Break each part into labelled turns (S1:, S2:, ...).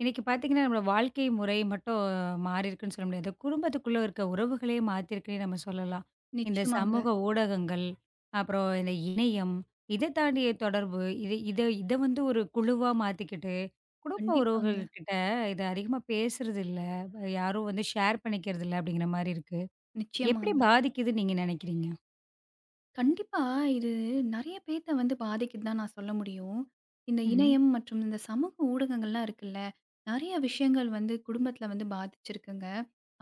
S1: இன்னைக்கு பார்த்தீங்கன்னா, நம்மளோட வாழ்க்கை முறை மட்டும் மாறியிருக்குன்னு சொல்ல முடியாது. குடும்பத்துக்குள்ள இருக்க உறவுகளே மாத்திருக்குன்னே நம்ம சொல்லலாம். இந்த
S2: நிச்சயமாங்க.
S1: சமூக ஊடகங்கள், அப்புறம் இந்த இணையம், இத தாண்டிய தொடர்பு, இது இத இத வந்து ஒரு குழுவா மாத்திக்கிட்டு, குடும்ப
S2: கண்டிப்பாங்க,
S1: உறவுகள்கிட்ட இத அதிகமா பேசுறது இல்ல. யாரும் வந்து ஷேர் பண்ணிக்கிறது இல்ல அப்படிங்கிற மாரி இருக்கு. எப்படி
S2: நிச்சயமாங்க.
S1: பாதிக்குதுன்னு நீங்க நினைக்கிறீங்க?
S2: கண்டிப்பா இது நெறைய பேத்த வந்து பாதிக்குது தான் நான் சொல்ல முடியும். இந்த
S1: ம்ஹ்ம்.
S2: இணையம் மற்றும் இந்த சமூக ஊடகங்கள்லாம் இருக்குல்ல, நெறைய விஷயங்கள் வந்து குடும்பத்தில வந்து பாதிச்சிருக்குங்க.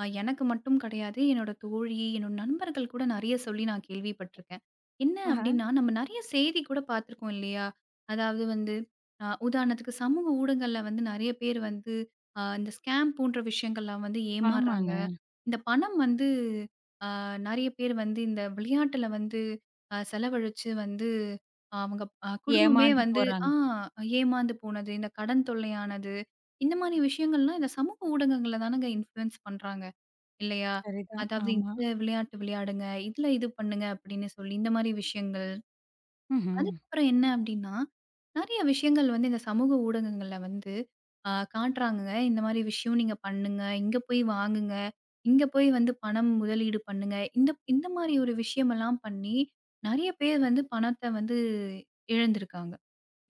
S2: எனக்கு மட்டும் கிடையாது, என்னோட தோழி, என்னோட நண்பர்கள் கூட நெறைய சொல்லி நான் கேள்விப்பட்டுருக்கேன். என்ன
S1: ஆஹ.
S2: அப்டின்னா, நம்ம நெறைய செய்தி கூட பார்த்துருக்கோம் இல்லையா? அதாவது வந்து உதாரணத்துக்கு சமூக ஊடகங்கள்ல வந்து நெறைய பேர் வந்து இந்த ஸ்கேம் போன்ற விஷயங்கள்லாம் வந்து ஏமாறுறாங்க.
S1: ஆமாங்க.
S2: இந்த பணம் வந்து அ நெறைய பேர் வந்து இந்த விளையாட்டுல வந்து செலவழிச்சு வந்து அவங்க குடும்பமே
S1: ஏமாந்து
S2: வந்து
S1: போறாங்க.
S2: ஆ ஏமாந்து போனது, இந்த கடன் தொல்லையானது, இந்த மாரி விஷயங்கள்லாம் இந்த சமூக ஊடகங்கள்ல தானங்க இன்ஃப்ளூயன்ஸ் பண்றாங்க இல்லையா?
S1: சரிதான்.
S2: அதாவது
S1: ஆமா.
S2: இந்த விளையாட்டு விளையாடுங்க, இதுல இது பண்ணுங்க அப்படின்னு சொல்லி இந்த மாரி விஷயங்கள்.
S1: ம்ஹ்ம்.
S2: அதுக்கப்புறம் என்ன அப்டின்னா, நெறைய விஷயங்கள் வந்து இந்த சமூக ஊடகங்கள்ல வந்து காட்டுறாங்கங்க. இந்த மாரி விஷயம் நீங்க பண்ணுங்க. இங்க போய் வாங்குங்க. இங்க போய் வந்து பணம் முதலீடு பண்ணுங்க. இந்த இந்த மாரி ஒரு விஷயமெல்லாம் பண்ணி, நெறைய பேர் வந்து பணத்த வந்து இழந்திருக்காங்க.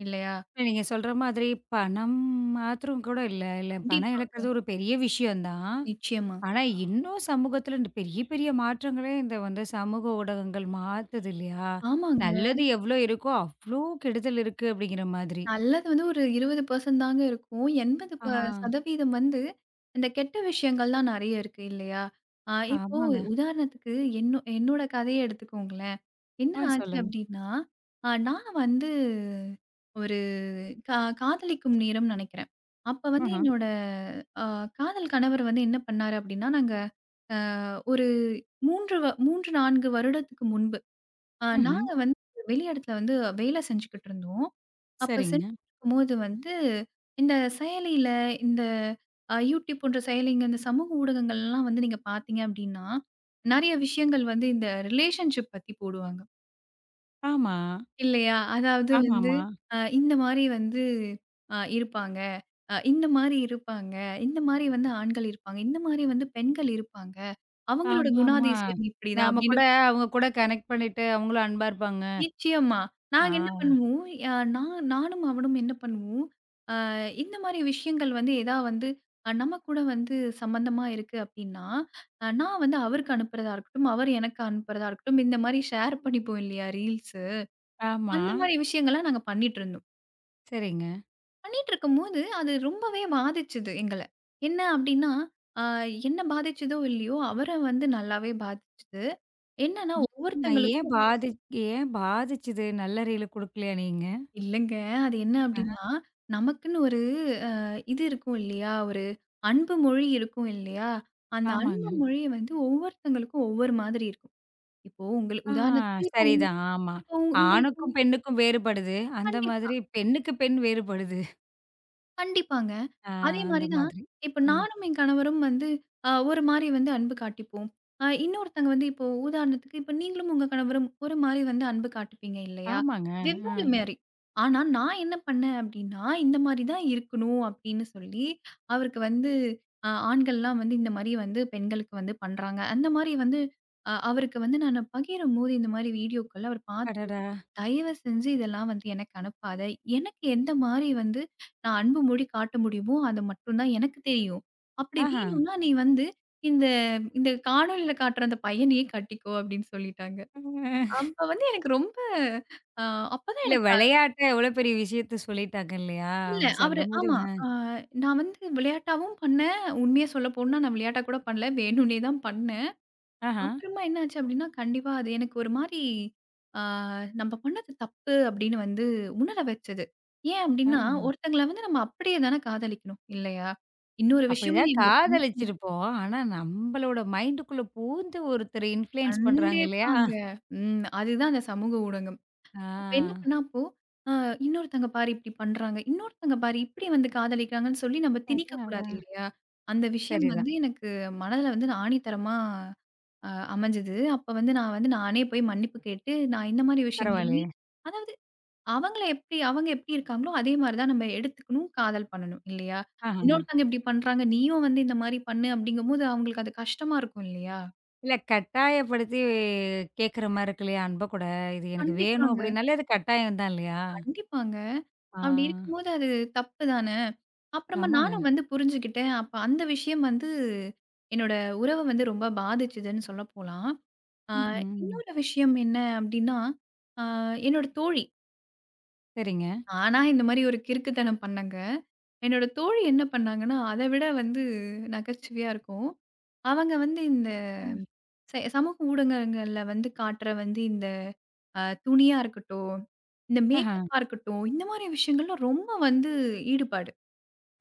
S2: இல்லையா?
S1: இல்ல, நீங்க சொல்ற மாதிரி பணம் மாத்திரம் கூட இல்ல. இல்ல பணம்
S2: கண்டிப்பா.
S1: இழக்கிறது ஒரு பெரிய விஷயம் தான்.
S2: நிச்சயமா.
S1: ஆனா, இன்னும் சமூகத்துல இந்த பெரிய பெரிய மாற்றங்களே இந்த வந்து சமூக ஊடகங்கள் மாத்துது இல்லையா?
S2: ஆமாங்க.
S1: நல்லது எவ்ளோ இருக்கோ, அவ்ளோ கெடுதல் இருக்கு அப்படிங்கிற மாதிரி.
S2: நல்லது வந்து ஒரு 20% தாங்க இருக்கும்.
S1: ஆஹா.
S2: 80% வந்து இந்த கெட்ட விஷயங்கள்லாம் நெறைய இருக்கு இல்லையா? இப்போ
S1: ஆமாங்க.
S2: உதாரணத்துக்கு என்னோட கதைய எடுத்துக்கோங்களேன். என்ன
S1: ஆ,
S2: ஆச்சு
S1: சொல்லுங்க.
S2: அப்டின்னா, நான் வந்து ஒரு கா காதலிக்கும் நேரம் நெனைக்கிறேன். அப்ப வந்து
S1: ஆஹா.
S2: என்னோட அ காதல் கணவர் வந்து என்ன பண்ணாரு அப்டின்னா, நாங்க அ ஒரு 3, 4 வருடத்துக்கு முன்பு ஆ
S1: ம்ஹ்ம்.
S2: நாங்க வந்து வெளி இடத்துல வந்து வேலை செஞ்சுக்கிட்டு இருந்தோம். அப்ப
S1: சரிங்க.
S2: செஞ்சிருக்கும்போது வந்து, இந்த செயலியில இந்த Youtube போன்ற செயலிங்க, இந்த சமூக ஊடகங்கள்லாம் வந்து நீங்க பார்த்தீங்க அப்டின்னா, நெறைய விஷயங்கள் வந்து இந்த ரிலேஷன்ஷிப் பத்தி போடுவாங்க.
S1: ஆமா.
S2: இல்லையா? அதாவது வந்து
S1: ஆமாமா.
S2: இந்த மாரி வந்து இருப்பாங்க. இந்த மாரி இருப்பாங்க. இந்த மாரி வந்து ஆண்கள் இருப்பாங்க. இந்த மாரி வந்து பெண்கள் இருப்பாங்க. அவங்களோட
S1: ஆமாமா.
S2: குணாதிசயம் இப்டிதான்
S1: நாம
S2: அப்டின்னு
S1: கூட அவங்க கூட கனெக்ட் பண்ணிட்டு அவங்களும் அன்பா இருப்பாங்க.
S2: நிச்சயமா. நாங்க என்ன
S1: ஆ.
S2: பண்ணுவோம், நானும் அவனும் என்ன பண்ணுவோம், அ இந்த மாரி விஷயங்கள் வந்து எதா வந்து நம்ம கூட வந்து சம்மந்தமா இருக்கு அப்டின்னா, நான் வந்து அவருக்கு அனுப்புறதா இருக்கட்டும், அவர் எனக்கு அனுப்புறதா இருக்கட்டும், இந்த மாரி ஷேர் பண்ணிப்போம் இல்லையா ரீல்ஸு,
S1: ஆமா.
S2: அந்த மாரி விஷயங்கள்லாம் நாங்க பண்ணிட்டுருந்தோம்.
S1: சரிங்க.
S2: பண்ணிட்டுருக்கும்போது அது ரொம்பவே பாதிச்சுது எங்கள. என்ன அப்டின்னா, அ என்ன பாதிச்சதோ இல்லையோ, அவர வந்து நல்லாவே பாதிச்சுது. என்னன்னா,
S1: ஏங்க
S2: ஒவ்வொருத்தங்களுக்கும்
S1: ஏன் பாதிச்சுது? நல்ல ரீல் குடுக்கலையா நீங்க?
S2: இல்லங்க. அது என்ன அப்டின்னா, நமக்குன்னு ஒரு அ இது இருக்கும் இல்லையா? ஒரு அன்பு மொழி இருக்கும் இல்லையா? அந்த அன்பு
S1: ஆமாங்க.
S2: மொழி வந்து ஒவ்வொருத்தங்களுக்கும் ஒவ்வொரு மாதிரி இருக்கும். இப்போ உங்களு
S1: ஆ,
S2: உதாரணத்துக்கு
S1: சரிதான். ஆமா.
S2: இப்போ உங்களுக்கு
S1: ஆணுக்கும், பெண்ணுக்கும் வேறுபடுது. அந்த
S2: கண்டிப்பா.
S1: மாதிரி பெண்ணுக்கு பெண் வேறுபடுது.
S2: கண்டிப்பாங்க.
S1: ஆ,
S2: அதே
S1: அந்த
S2: மாரி தான்,
S1: மாதிரி.
S2: இப்ப
S1: ம்.
S2: நானும் என் கணவரும் வந்து ஒரு மாரி வந்து அன்பு காட்டிப்போம். இன்னொருத்தங்க வந்து இப்போ உதாரணத்துக்கு இப்ப நீங்களும் உங்க கணவரும் ஒரு மாரி வந்து அன்பு காட்டுப்பீங்க இல்லையா?
S1: ஆமாங்க. ஆ.
S2: வெவ்வேறு மாரி. ஆனா நான் என்ன பண்ணேன் அப்டின்னா, இந்த மாரி தான் இருக்கணும் அப்டின்னு சொல்லி, அவருக்கு வந்து ஆண்கள்லாம் வந்து இந்த மாரி வந்து பெண்களுக்கு வந்து பண்றாங்க. அந்த மாரி வந்து அவருக்கு வந்து நானு பகிரும்போது இந்த மாரி வீடியோக்கள் அவர் பாத்து
S1: அடடா!
S2: தயவு செஞ்சு இதெல்லாம் வந்து எனக்கு அனுப்பாத. எனக்கு எந்த மாரி வந்து நான் அன்பு மொழி காட்ட முடியுமோ, அது மட்டும் தான் எனக்கு தெரியும். அப்படி
S1: ஆஹா.
S2: வேணும்னா நீ வந்து இந்த இந்த காணொளியில காட்டுற அந்த பையனையே கட்டிக்கோ அப்படின்னு சொல்லிட்டாங்க. அப்ப வந்து எனக்கு ரொம்ப அ அப்பதான்
S1: இல்ல
S2: எனக்கு
S1: விளையாட்டா எவ்வளோ பெரிய விஷயத்த சொல்லிட்டாங்க இல்லையா?
S2: இல்ல அவரு
S1: சொல்லும்போது
S2: ஆமா. அ நான் வந்து விளையாட்டாவும் பண்ணேன். உண்மைய சொல்லப்போனா நான் விளையாட்டா கூட பண்ணல. வேணும்னே தான் பண்ணேன்.
S1: ஆஹா.
S2: அப்புறமா என்னாச்சு அப்டின்னா, கண்டிப்பா அது எனக்கு ஒரு மாரி ஆ நம்ம பண்ணது தப்பு அப்டின்னு வந்து உணர வச்சது. ஏன்
S1: ஆ.
S2: அப்டின்னா, ஒருத்தங்கள வந்து நம்ம அப்படியே தானே காதலிக்கணும் இல்லையா? இன்னொரு விஷயம் வந்து
S1: அப்படிதான்
S2: இவங்க பண்றாங்க
S1: காதலிச்சிருப்போம். ஆனா நம்மளோட மைண்டுக்குள்ள பூந்து ஒருத்தர் இன்ஃப்ளூயன்ஸ் பண்றாங்க இல்லையா?
S2: கண்டிப்பாங்க. ம். அதுதான் அந்த சமூக ஊடகம்.
S1: ஆ.
S2: அப்ப என்ன பண்ணா அப்போ, ஆ இன்னொருத்தங்க பாரு இப்டி பண்றாங்க, இன்னொருத்தங்க பாரு இப்டி வந்து காதலிக்கிறாங்கன்னு சொல்லி நம்ம
S1: அதான்,
S2: திணிக்கக்கூடாது
S1: அதான்.
S2: இல்லையா? அந்த விஷயம் வந்து
S1: சரிதான்.
S2: எனக்கு மனதில வந்து நான் ஆணித்தரமா அ அமைஞ்சது. அப்ப வந்து நான் வந்து நானே போய் மன்னிப்பு கேட்டு, நான் இந்த மாரி ம். விஷயங்களுமே
S1: பரவாயில்லையே.
S2: அதாவது அவங்க எப்படி இருக்காங்களோ, அதே மாரி தான் நம்ம எடுத்துக்கணும், காதல் பண்ணணும் இல்லையா? ம்.
S1: ஆஹா.
S2: இன்னொருத்தங்க இப்படி பண்றாங்க, நீயும் வந்து இந்த மாரி பண்ணு அப்படிங்கும்போது அவங்களுக்கு அது கஷ்டமா இருக்கும் இல்லையா?
S1: இல்ல, கட்டாயப்படுத்தி கேட்கிற மாரி இருக்கு இல்லையா? அன்ப கூட. இது எனக்கு வேணும்
S2: கண்டிப்பாங்க,
S1: அப்படின்னாலே அது கட்டாயம் தான் இல்லையா?
S2: கண்டிப்பாங்க.
S1: ஆ.
S2: அப்படி ம். இருக்கும்போது அது தப்பு தான. அப்புறமா ம்.
S1: ஆமாங்க.
S2: நானும் வந்து புரிஞ்சுகிட்டேன். அப்ப அந்த விஷயம் வந்து என்னோட உறவ வந்து ரொம்ப பாதிச்சுதுன்னு சொல்ல போலாம். அ
S1: ம்ஹ்ம்.
S2: இன்னொரு விஷயம் என்ன அப்படின்னா, அ என்னோட தோழி
S1: சரிங்க.
S2: ஆனா, இந்த மாரி ஒரு கிறுக்குத்தனம் பண்ணேங்க. என்னோட தோழி என்ன பண்ணாங்கன்னா, அத விட வந்து நகைச்சுவையா இருக்கும். அவங்க வந்து இந்த சமூக ஊடகங்கள்ல வந்து காட்டுற வந்து இந்த துணியா இருக்கட்டும், இந்த
S1: ஆஹா.
S2: மேக்கப்பா இருக்கட்டும், இந்த மாரி விஷயங்கள்ல ரொம்ப வந்து ஈடுபாடு.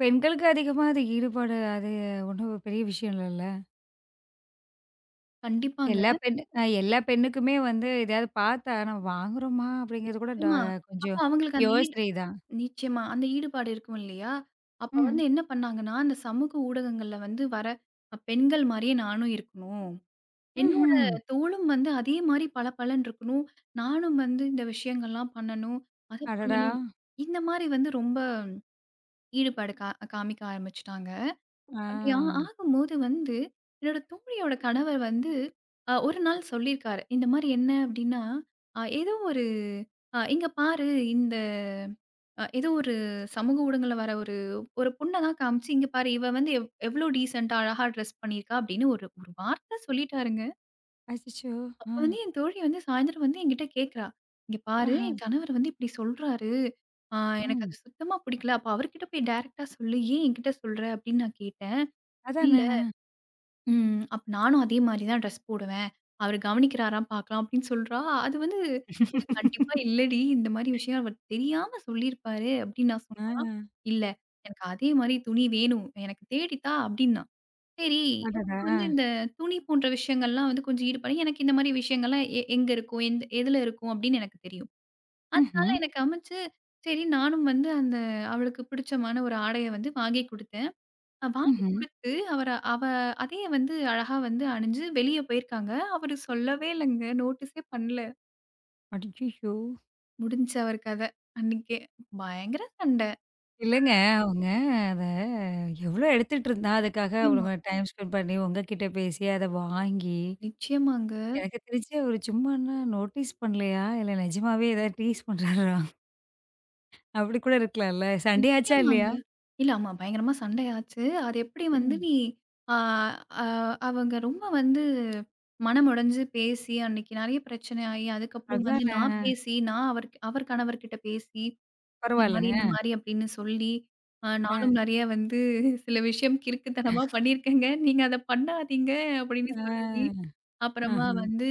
S1: பெண்களுக்கு அதிகமா அது ஈடுபாடு, அது ஒண்ணும் பெரிய விஷயம் இல்லல்ல.
S2: கண்டிப்பாங்க.
S1: எல்லா பெண்ணுக்குமே வந்து எதையாவது பார்த்தா நம்ம வாங்குறோமா? அப்படிங்கிறது கூட ட
S2: நிச்சயமா. அப்ப
S1: கொஞ்சம்
S2: அவங்களுக்கு அந்த
S1: யோசனை தான்.
S2: நிச்சயமா. அந்த ஈடுபாடு இருக்கும் இல்லையா? அப்ப
S1: ம்.
S2: வந்து என்ன பண்ணாங்கன்னா, அந்த சமூக ஊடகங்கள்ல வந்து வர பெண்கள் மாரியே நானும் இருக்கணும். என்னோட
S1: ம்ஹ்ம்.
S2: தோளும் வந்து அதே மாரி பளபளன்னு இருக்கணும். நானும் வந்து இந்த விஷயங்கள்லாம் பண்ணணும். அத
S1: அடடா!
S2: பண்ணணும். இந்த மாரி வந்து ரொம்ப ஈடுபாடு காமிக்க ஆரம்பிச்சுட்டாங்க.
S1: ஆ.
S2: அப்படி ஆகும்போது வந்து என்னோட தோழியோட கணவர் வந்து ஒரு நாள் சொல்லியிருக்காரு. இந்த மாரி என்ன அப்படின்னா, ஏதோ ஒரு "இங்க பாரு இந்த ஏதோ ஒரு சமூக ஊடகங்கள்ல வர ஒரு ஒரு பொண்ண தான் காமிச்சு, இங்க பாரு இவ வந்து எவ்வளோ டீசென்ட்டா அழகா ட்ரெஸ் பண்ணியிருக்கா" அப்படின்னு ஒரு ஒரு வார்த்த சொல்லிட்டாருங்க.
S1: அச்சச்சோ!
S2: அப்ப
S1: ஆ.
S2: வந்து என் தோழி வந்து சாயந்தரம் வந்து என்கிட்ட கேட்கிறா. "இங்க பாரு ம்.
S1: ஆஹா.
S2: என் கணவர் வந்து இப்டி சொல்றாரு. ஆ எனக்கு
S1: ம்.
S2: அது சுத்தமா பிடிக்கல. அப்ப அவர்கிட்ட போய் டைரக்ட்டா சொல்லு. ஏன் என்கிட்ட சொல்ற?" அப்டின்னு நான் கேட்டேன். "இல்ல
S1: அதானே.
S2: அப்ப நானும் அதே மாரி தான் ட்ரெஸ் போடுவேன். அவரு கவனிக்கிறாரான்னு பார்க்கலாம்" அப்டின்னு சொல்றா. அது வந்து "கண்டிப்பா இல்லடி. இந்த மாரி விஷயம் அவர் தெரியாம சொல்லியிருப்பாரு" அப்டின்னு நான்
S1: ஆ.
S2: சொன்னா. "இல்ல எனக்கு அதே மாரி துணி வேணும். எனக்கு தேடி தா" அப்டின்னா. சரி.
S1: அடடா!
S2: எனக்கு
S1: ஆ.
S2: வந்து இந்த துணி போன்ற விஷயங்கள்லாம் வந்து கொஞ்சம் ஈடுபாடு. எனக்கு இந்த மாரி விஷயங்கள்லாம் எங்க இருக்கும்? எதுல இருக்கும்? அப்படின்னு எனக்கு தெரியும். அதனால
S1: ம்ஹ்ம்,
S2: எனக்கு அமைச்சு, சரி நானும் வந்து அந்த அவளுக்கு பிடிச்சமான ஒரு ஆடைய வந்து வாங்கி குடுத்தேன். வாங்கி
S1: ம்ஹ்ம்.
S2: குடுத்து, அவர அவ அதையே வந்து அழகா வந்து அணிஞ்சு வெளிய போயிருக்காங்க. அவரு சொல்லவே இல்லங்க. நோட்டீஸே பண்ணல.
S1: அச்சச்சோ!
S2: முடிஞ்சுச்சு அவர் கதை. அன்னைக்கே. பயங்கர சண்டை.
S1: இல்லங்க. அவங்க அத எவ்ளோ எடுத்துட்டு இருந்தா, அதுக்காக
S2: நிச்சயமா,
S1: அவங்க டைம் ஸ்பெண்ட் பண்ணி உங்ககிட்ட பேசி, அத வாங்கி,
S2: நிச்சயமாங்க.
S1: எனக்கு தெரிஞ்சு அவரு சும்மான்னா நோட்டீஸ் பண்ணலையா? இல்ல நிஜமாவே ஏதாவது டீஸ் பண்றாரா? அப்படி கூட இருக்கலாம்ல. சண்டே ஆச்சா
S2: நிச்சயமாங்க.
S1: இல்லையா?
S2: இல்ல ஆமா பயங்கரமா சண்டையாச்சு. அது எப்படி வந்து
S1: ம்.
S2: நீ ஆ அ அவங்க ரொம்ப வந்து மனமுடைஞ்சு பேசி, அன்னைக்கு நெறைய பிரச்சனை ஆயி, அதுக்கப்புறம் வந்து
S1: அதானே.
S2: நான் பேசி, நான் அவர் அவர் கணவர்கிட்ட பேசி,
S1: பரவாயில்லங்க.
S2: இந்த மாரி அப்படின்னு சொல்லி,
S1: அ.
S2: நானும் நெறைய வந்து சில விஷயம் கிறுக்குத்தனமா பண்ணியிருக்கேங்க. நீங்க அத பண்ணாதீங்க அப்படின்னு சொல்லி,
S1: ஆ.
S2: அப்புறமா வந்து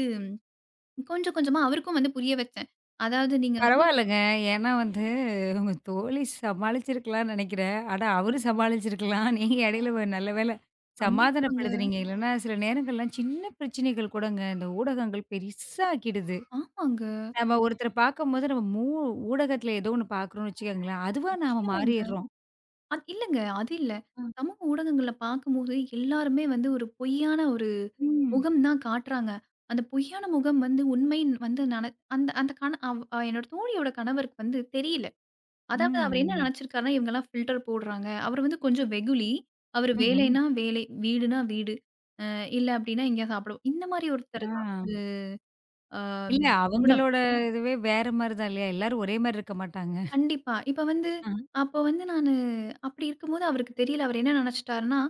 S2: கொஞ்சம் கொஞ்சமா அவருக்கும் வந்து புரிய வச்சேன். அதாவது நீங்க வந்து
S1: பரவாயில்லங்க. ஏன்னா வந்து உங்க தோழி சமாளிச்சிருக்கலாம்னு நெனைக்கிறேன். ஆனா அவரு சமாளிச்சிருக்கலாம். நீங்க இடையில நல்ல வேள
S2: கண்டிப்பாங்க
S1: சமாதானப்படுத்துனீங்க. இல்லன்னா சில நேரங்கள்லாம் சின்ன பிரச்சனைகள் கூடங்க இந்த ஊடகங்கள் பெரிசாக்கிடுது.
S2: ஆமாங்க.
S1: நம்ம ஒருத்தர பார்க்கும்போது நம்ம ஊடகத்தில ஏதோ ஒண்ணு பார்க்குறோம்னு வச்சுக்கோங்களேன், அதுவா நாம
S2: நிச்சயமாங்க.
S1: மாறிர்றோம்.
S2: அது இல்லங்க. அது இல்ல.
S1: ம்.
S2: சமூக ஊடகங்கள்ல பார்க்கும்போது எல்லாருமே வந்து ஒரு பொய்யான ஒரு
S1: ம்.
S2: முகம் தான் காட்டுறாங்க. அந்த பொய்யான முகம் வந்து உண்மை வந்து அந்த அந்த கண அவ் என்னோட தோழியோட கணவருக்கு வந்து தெரியல. அதாவது அவர் என்ன
S1: ம்.
S2: நினைச்சிருக்காருன்னா, இவங்கலாம் ஃபில்டர் போடுறாங்க. அவர் வந்து கொஞ்சம் வெகுளி. அவரு
S1: ம்ஹ்ம்.
S2: வேலைன்னா வேலை, வீடுனா வீடு. அ இல்ல அப்டின்னா எங்கேயா சாப்பிடுவோம். இந்த மாரி ஒருத்தர்
S1: ஆ.
S2: தான். ஒரு அ
S1: இல்ல
S2: குணம்.
S1: அவங்களோட இதுவே வேற மாரி தான் இல்லையா? எல்லாரும் ஒரே மாரி இருக்க மாட்டாங்க.
S2: கண்டிப்பா. இப்ப வந்து
S1: ஆ.
S2: அப்ப வந்து நானு அப்படி இருக்கும்போது அவருக்கு தெரியல. அவரு என்ன நெனச்சுட்டாருன்னா,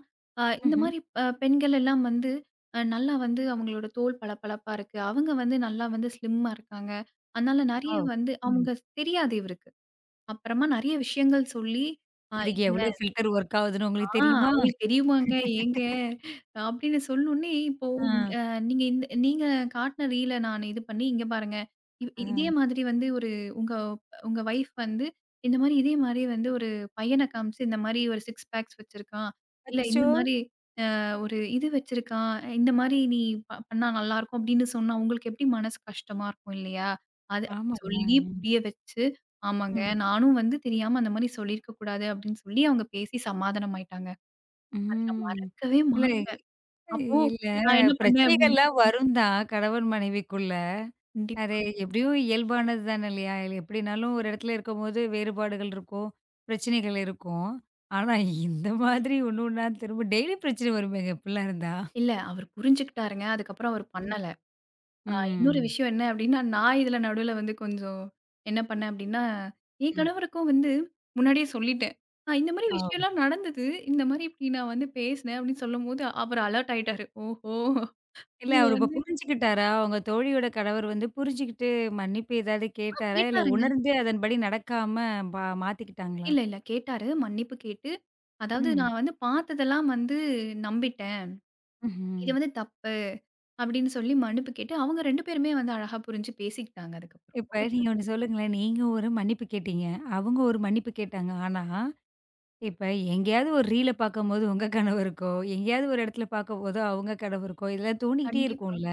S2: இந்த
S1: ம்ஹ்ம்.
S2: மாரி பெண்கள் எல்லாம் வந்து நல்லா வந்து அவங்களோட தோல் பளபளப்பா இருக்கு. அவங்க வந்து நல்லா வந்து ஸ்லிம்மா இருக்காங்க. அதனால
S1: ஓ!
S2: நெறைய வந்து
S1: ம்.
S2: அவங்க தெரியாது இவருக்கு. அப்புறமா நெறைய விஷயங்கள் சொல்லி,
S1: இதுக்கு
S2: இல்ல
S1: எவ்வளோ ஃபில்டர் ஒர்க் ஆகுதுன்னு
S2: ஆ
S1: உங்களுக்கு தெரியுமா?
S2: அவங்களுக்கு தெரியுமாங்க, ஏங்க அப்படின்னு சொன்னோனே இப்போ
S1: ஆ.
S2: நீங்க காட்டுன ரீல நான் இது பண்ணி, இங்க பாருங்க. இ
S1: ஆ.
S2: இதே மாதிரி வந்து ஒரு உங்க உங்க வைஃப் வந்து இந்த மாரி இதே மாரி வந்து ஒரு பையன காமிச்சு, இந்த மாரி ஒரு 6 பேக்ஸ் வச்சிருக்கான். இல்ல
S1: அச்சச்சோ!
S2: இந்த மாரி ஒரு இது வச்சிருக்கான். இந்த மாரி நீ பண்ணா நல்லாருக்கும் அப்டின்னு சொன்னா, உங்களுக்கு எப்டி மனசு கஷ்டமா இருக்கும் இல்லையா? அது அப்டி
S1: ஆமாங்க.
S2: சொல்லி புரிய வச்சு, ஆமாங்க
S1: ம்.
S2: நானும் வந்து தெரியாம அந்த மாரி சொல்லியிருக்க கூடாது அப்டின்னு சொல்லி அவங்க பேசி சமாதானம் ஆயிட்டாங்க. அத நான்
S1: ம்.
S2: மறக்கவே
S1: இல்ல
S2: மாட்டேன். அப்போ
S1: இல்ல
S2: நான் என்ன பண்ணேன் அப்டின்னா
S1: பிரச்சனைகள்லாம் வரும் தான் கணவன் மனைவிக்குள்ள. அது
S2: கண்டிப்பா.
S1: எப்படியும் இயல்பானது தானே இல்லையா? இல்ல எப்படினாலும் ஒரு இடத்துல இருக்கும்போது வேறுபாடுகள் இருக்கும். பிரச்சனைகள் இருக்கும். ஆனா இந்த மாதிரி ஒண்ணு ஒண்ணா திரும்ப டெய்லி பிரச்சனை வருமேங்க இப்படிலாம் இருந்தா.
S2: இல்ல. அவரு புரிஞ்சுக்கிட்டாருங்க. அதுக்கப்புறம் அவரு
S1: ம்.
S2: பண்ணல. இன்னொரு
S1: ம்.
S2: விஷயம் என்ன அப்டின்னா, நான் இதுல நடுவுல வந்து கொஞ்சம் என்ன பண்ணேன் அப்டின்னா, என்
S1: ம்.
S2: கணவருக்கும் வந்து முன்னாடியே சொல்லிட்டேன். இந்த மாரி
S1: ஆ.
S2: விஷயம்லாம் நடந்தது. இந்த மாரி இப்டி நான் வந்து பேசினேன் அப்டின்னு சொல்லும்போது, அவரு அலர்ட் ஆயிட்டாரு. ஓஹோ!
S1: இல்ல,
S2: இவ ம்.
S1: அவரு இப்ப
S2: வந்து
S1: புரிஞ்சுக்கிட்டாரா? உங்க தோழியோட கணவர் வந்து புரிஞ்சுகிட்டு மன்னிப்பு ஏதாவது
S2: ஆ,
S1: கேட்டாரா? இல்ல
S2: கேட்டாருங்க.
S1: உணர்ந்து அதன்படி நடக்காம பா மாத்திக்கிட்டாங்களா?
S2: இல்ல கேட்டாரு. மன்னிப்பு கேட்டு, அதாவது
S1: ம்.
S2: நான் வந்து பார்த்ததெல்லாம் வந்து நம்பிட்டேன்.
S1: ம்ஹ்ம்.
S2: இது வந்து தப்பு அப்டின்னு சொல்லி மன்னிப்பு கேட்டு, அவங்க 2 பேருமே வந்து அழகா புரிஞ்சு பேசிக்கிட்டாங்க அதுக்கப்புறம்.
S1: இப்ப
S2: ஒரு
S1: நீங்க ஒண்ணு சொல்லுங்களேன். நீங்க ஒரு மன்னிப்பு கேட்டீங்க. அவங்க ஒரு மன்னிப்பு கேட்டாங்க. ஆனா, இப்ப எங்கேயாவது ஒரு ரீல பார்க்கும்போது உங்க கணவருக்கோ, எங்கேயாவது ஒரு இடத்துல பார்க்கும்போது அவங்க கணவருக்கோ, இதெல்லாம் தோணிக்கிட்டே
S2: கண்டிப்பா.
S1: இருக்கும்ல.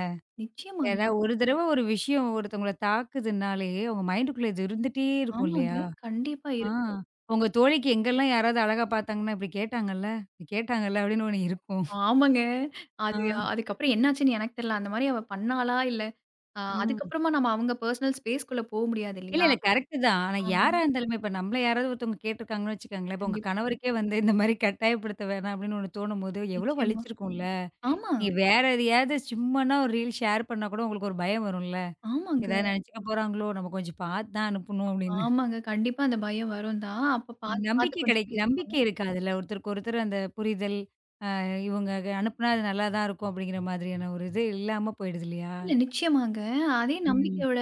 S1: ஏன்னா
S2: நிச்சயமாங்க.
S1: ஒரு தடவ ஒரு விஷயம் ஒருத்தவங்கள தாக்குதுன்னாலே, அவங்க மைண்டுக்குள்ள இது இருந்துட்டே இருக்கும்
S2: ஆமாங்க.
S1: இல்லையா?
S2: கண்டிப்பா
S1: ஆ.
S2: இருக்கும்.
S1: உங்க தோழிக்கு எங்கெல்லாம் யாராவது அழகா பார்த்தாங்கன்னா, "இப்படி கேட்டாங்கல்ல? இப்படி கேட்டாங்கல்ல?" அப்படின்னு ஒண்ணு இருக்கும்.
S2: ஆமாங்க.
S1: ஆ.
S2: அது அதுக்கப்புறம் என்னாச்சுன்னு எனக்கு தெரியல. அந்த மாரி அவ பண்ணாளா? இல்ல
S1: ம்.
S2: அதுக்கப்புறமா நம்ம அவங்க பெர்சனல் ஸ்பேஸ்க்குள்ள போ முடியாது
S1: இல்ல,
S2: இல்லையா?
S1: இல்ல. கரெக்ட்டு தான். ஆனா
S2: ஆ
S1: யாரா இருந்தாலுமே, இப்ப நம்மள யாராவது ஒருத்தவங்க கேட்டுருக்காங்கன்னு வச்சுக்கோங்களேன், இப்ப உங்க
S2: கண்டிப்பா.
S1: கணவருக்கே வந்து இந்த மாரி கட்டாயப்படுத்த வேணாம் அப்படின்னு ஒண்ணு தோணும்போது, எவ்வளோ
S2: நிச்சயமா.
S1: வலிச்சிருக்கும்ல?
S2: ஆமா.
S1: நீங்க வேற எதையாவது சும்மான்னா ஒரு ரீல் ஷேர் பண்ணா கூட உங்களுக்கு ஒரு பயம் வரும்ல?
S2: ஆமாங்க.
S1: ஏதாவது நினைச்சுக்க போறாங்களோ? நம்ம கொஞ்சம் பார்த்து தான் அனுப்பணும் அப்படின்னு.
S2: ஆமாங்க. கண்டிப்பா அந்த பயம் வரும் தான். அப்ப பார்த்து
S1: நம்பிக்கை
S2: பார்த்து கொஞ்சம்
S1: கிடைக்கு
S2: பேசுவாங்க.
S1: நம்பிக்கை இருக்காதுல்ல. ஒருத்தருக்கு ஒருத்தர் அந்த புரிதல், இவங்க அனுப்புனா அது நல்லா தான் இருக்கும் அப்படிங்கிற மாதிரியான ஒரு இது இல்லாம போயிடுது இல்லையா?
S2: இல்ல நிச்சயமாங்க. அதே
S1: ம்.
S2: நம்பிக்கையோட,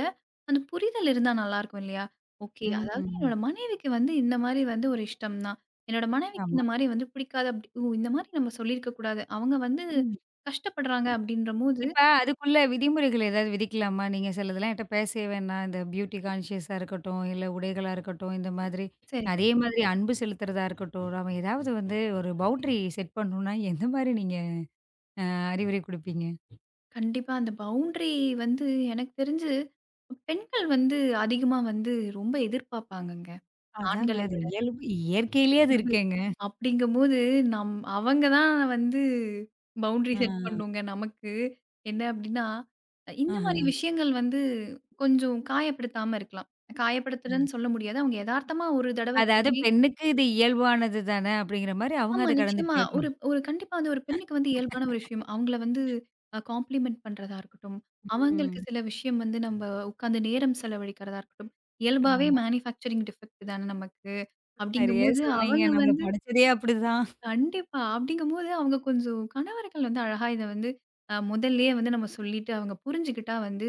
S2: அந்த புரிதல் இருந்தா நல்லாருக்கும் இல்லையா? ஓகே. அதாவது
S1: ம்.
S2: என்னோட மனைவிக்கு வந்து இந்த மாரி வந்து ஒரு இஷ்டம் தான். என்னோட மனைவிக்கு
S1: ஆமா.
S2: இந்த மாரி வந்து பிடிக்காது அப்டி ஓ! இந்த மாரி நம்ம சொல்லியிருக்க கூடாது. அவங்க வந்து
S1: ம்.
S2: கஷ்டப்படுறாங்க அப்டின்றபோது,
S1: இப்ப அதுக்குள்ள விதிமுறைகள் ஏதாவது விதிக்கலாமா? நீங்க சிலதெல்லாம் என்ட்ட பேசவே வேணாம். இந்த பியூட்டி கான்ஷியஸா இருக்கட்டும், இல்ல உடைகளா இருக்கட்டும், இந்த மாதிரி
S2: சரிங்க.
S1: அதே மாதிரி அன்பு செலுத்துறதா இருக்கட்டும், நாம ஏதாவது வந்து ஒரு பவுண்டரி செட் பண்ணணும்னா, எந்த மாதிரி நீங்க அறிவுரை குடுப்பீங்க?
S2: கண்டிப்பா அந்த பவுண்ட்ரி வந்து எனக்கு தெரிஞ்சு, பெண்கள் வந்து அதிகமா வந்து ரொம்ப எதிர்பார்ப்பாங்கங்க.
S1: அதாங்க.
S2: ஆண்களை
S1: அது
S2: விட.
S1: இயல்பு. இயற்கையிலேயே அது
S2: இயல்பு.
S1: இருக்கேங்க.
S2: அப்படிங்கும்போது, நம் அவங்க தான் வந்து பவுண்டரி
S1: ஆ.
S2: செட் பண்ணுங்க நமக்கு. என்ன அப்படின்னா, இந்த
S1: ஆஹா.
S2: மாரி விஷயங்கள் வந்து கொஞ்சம் காயப்படுத்தாம இருக்கலாம்.
S1: ம்.
S2: காயப்படுத்துறன்னு சொல்ல முடியாது. அவங்க எதார்த்தமா ஒரு தடவ
S1: அதாவது
S2: சொல்லி
S1: பெண்ணுக்கு இது இயல்பானது தானே அப்படிங்கிற மாரி அவங்க
S2: ஆமா
S1: அத கடந்து
S2: நிச்சயமா. ஒரு
S1: போயிரணும்.
S2: ஒரு கண்டிப்பா வந்து ஒரு பெண்ணுக்கு வந்து இயல்பான ஒரு விஷயம். அவங்கள வந்து காம்ப்ளிமெண்ட் பண்றதா இருக்கட்டும், அவங்களுக்கு
S1: ம்.
S2: சில விஷயம் வந்து நம்ம உட்கார்ந்து நேரம் செலவழிக்கிறதா இருக்கட்டும். இயல்பாவே
S1: ஆமா.
S2: மேனுஃபேக்சரிங் டிஃபெக்ட் தானே நமக்கு.
S1: சரியா
S2: அப்படிங்கும்போது
S1: சொன்னீங்க.
S2: அவங்க
S1: நம்மள
S2: வந்து
S1: படைச்சதே அப்படிதான்.
S2: கண்டிப்பா. அப்படிங்கும்போது அவங்க கொஞ்சம் கணவர்கள் வந்து அழகா இத வந்து முதல்லயே வந்து நம்ம சொல்லிட்டு, அவங்க புரிஞ்சுக்கிட்டா வந்து,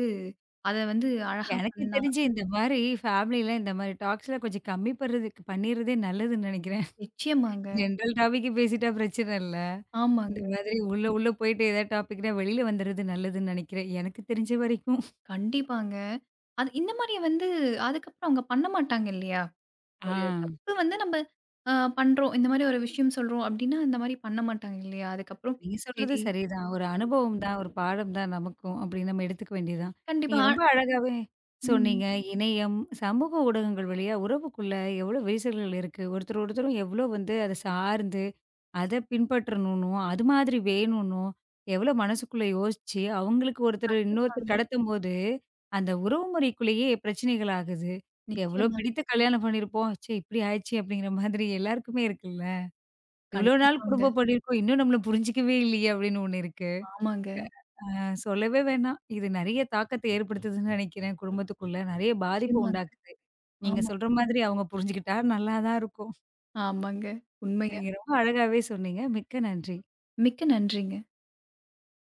S2: அத வந்து அழகா
S1: எனக்கு
S2: பண்ணலாம்.
S1: தெரிஞ்சு இந்த மாரி ஃபேமிலில இந்த மாரி டாக்ஸ்லாம் கொஞ்சம் கம்மி பண்றதுக்கு பண்ணிறதே நல்லதுன்னு நெனைக்கிறேன்.
S2: நிச்சயமாங்க.
S1: ஜெனரல் டாபிக் பேசிட்டா பிரச்சனை இல்ல. இந்த
S2: ஆமாங்க.
S1: மாதிரி உள்ள உள்ள போயிட்டு ஏதாவது டாபிக்னா வெளியில வந்துறது நல்லதுன்னு நெனைக்கிறேன். எனக்கு தெரிஞ்ச வரைக்கும்.
S2: கண்டிப்பாங்க. அது இந்த மாரி வந்து அதுக்கப்புறம் அவங்க பண்ண மாட்டாங்க இல்லையா?
S1: ஆ.
S2: ஒரு தப்பு வந்து நம்ம அ பண்றோம். இந்த மாரி ஒரு விஷயம் சொல்றோம் அப்படின்னா, இந்த மாரி பண்ண மாட்டாங்க இல்லையா? அதுக்கப்புறம்
S1: நீங்க சொல்றது
S2: சரி.
S1: சரிதான். ஒரு அனுபவம் தான், ஒரு பாடம் தான் நமக்கும் அப்படின்னு நம்ம எடுத்துக்க வேண்டியது தான். நீங்க
S2: கண்டிப்பா. ஆ-
S1: ரொம்ப அழகாவே
S2: ம்.
S1: சொன்னீங்க. இணையம், சமூக ஊடகங்கள் வழியா உறவுக்குள்ள எவ்வளோ விரிசல்கள் இருக்கு. ஒருத்தர் ஒருத்தரும் எவ்வளோ வந்து அத சார்ந்து, அத பின்பற்றணும்னும், அது மாதிரி வேணும்னும், எவ்வளோ மனசுக்குள்ள யோசிச்சு, அவங்களுக்கு ஒருத்தர் இன்னொருத்தர்
S2: கண்டிப்பாங்க.
S1: கடத்தும்போது, அந்த உறவு முறைக்குள்ளேயே பிரச்சனைகள் ஆகுது. எவ்வளோ
S2: நிச்சயமா.
S1: பிடித்து கல்யாணம் பண்ணியிருப்போம். ச்சே, இப்படி ஆயிடுச்சு அப்படிங்கிற மாதிரி எல்லாருக்குமே இருக்குல்ல. இவ்ளோ நாள்
S2: கண்டிப்பாங்க.
S1: குடும்பம் பண்ணியிருக்கோம். இன்னும் நம்மள புரிஞ்சுக்கவே இல்லையே! அப்படின்னு ஒண்ணு இருக்கு.
S2: ஆமாங்க.
S1: சொல்லவே வேணாம். இது நெறைய தாக்கத்த ஏற்படுத்துதுன்னு நெனைக்கிறேன். குடும்பத்துக்குள்ள நெறைய பாதிப்ப
S2: நிச்சயமாங்க.
S1: உண்டாக்குது. நீங்க
S2: ஆமா.
S1: சொல்ற மாதிரி அவங்க புரிஞ்சுக்கிட்டா நல்லா தான் இருக்கும்.
S2: ஆமாங்க. உண்மையா.
S1: நீங்க ரொம்ப அழகாவே சொன்னீங்க. மிக்க நன்றி.
S2: மிக்க நன்றிங்க.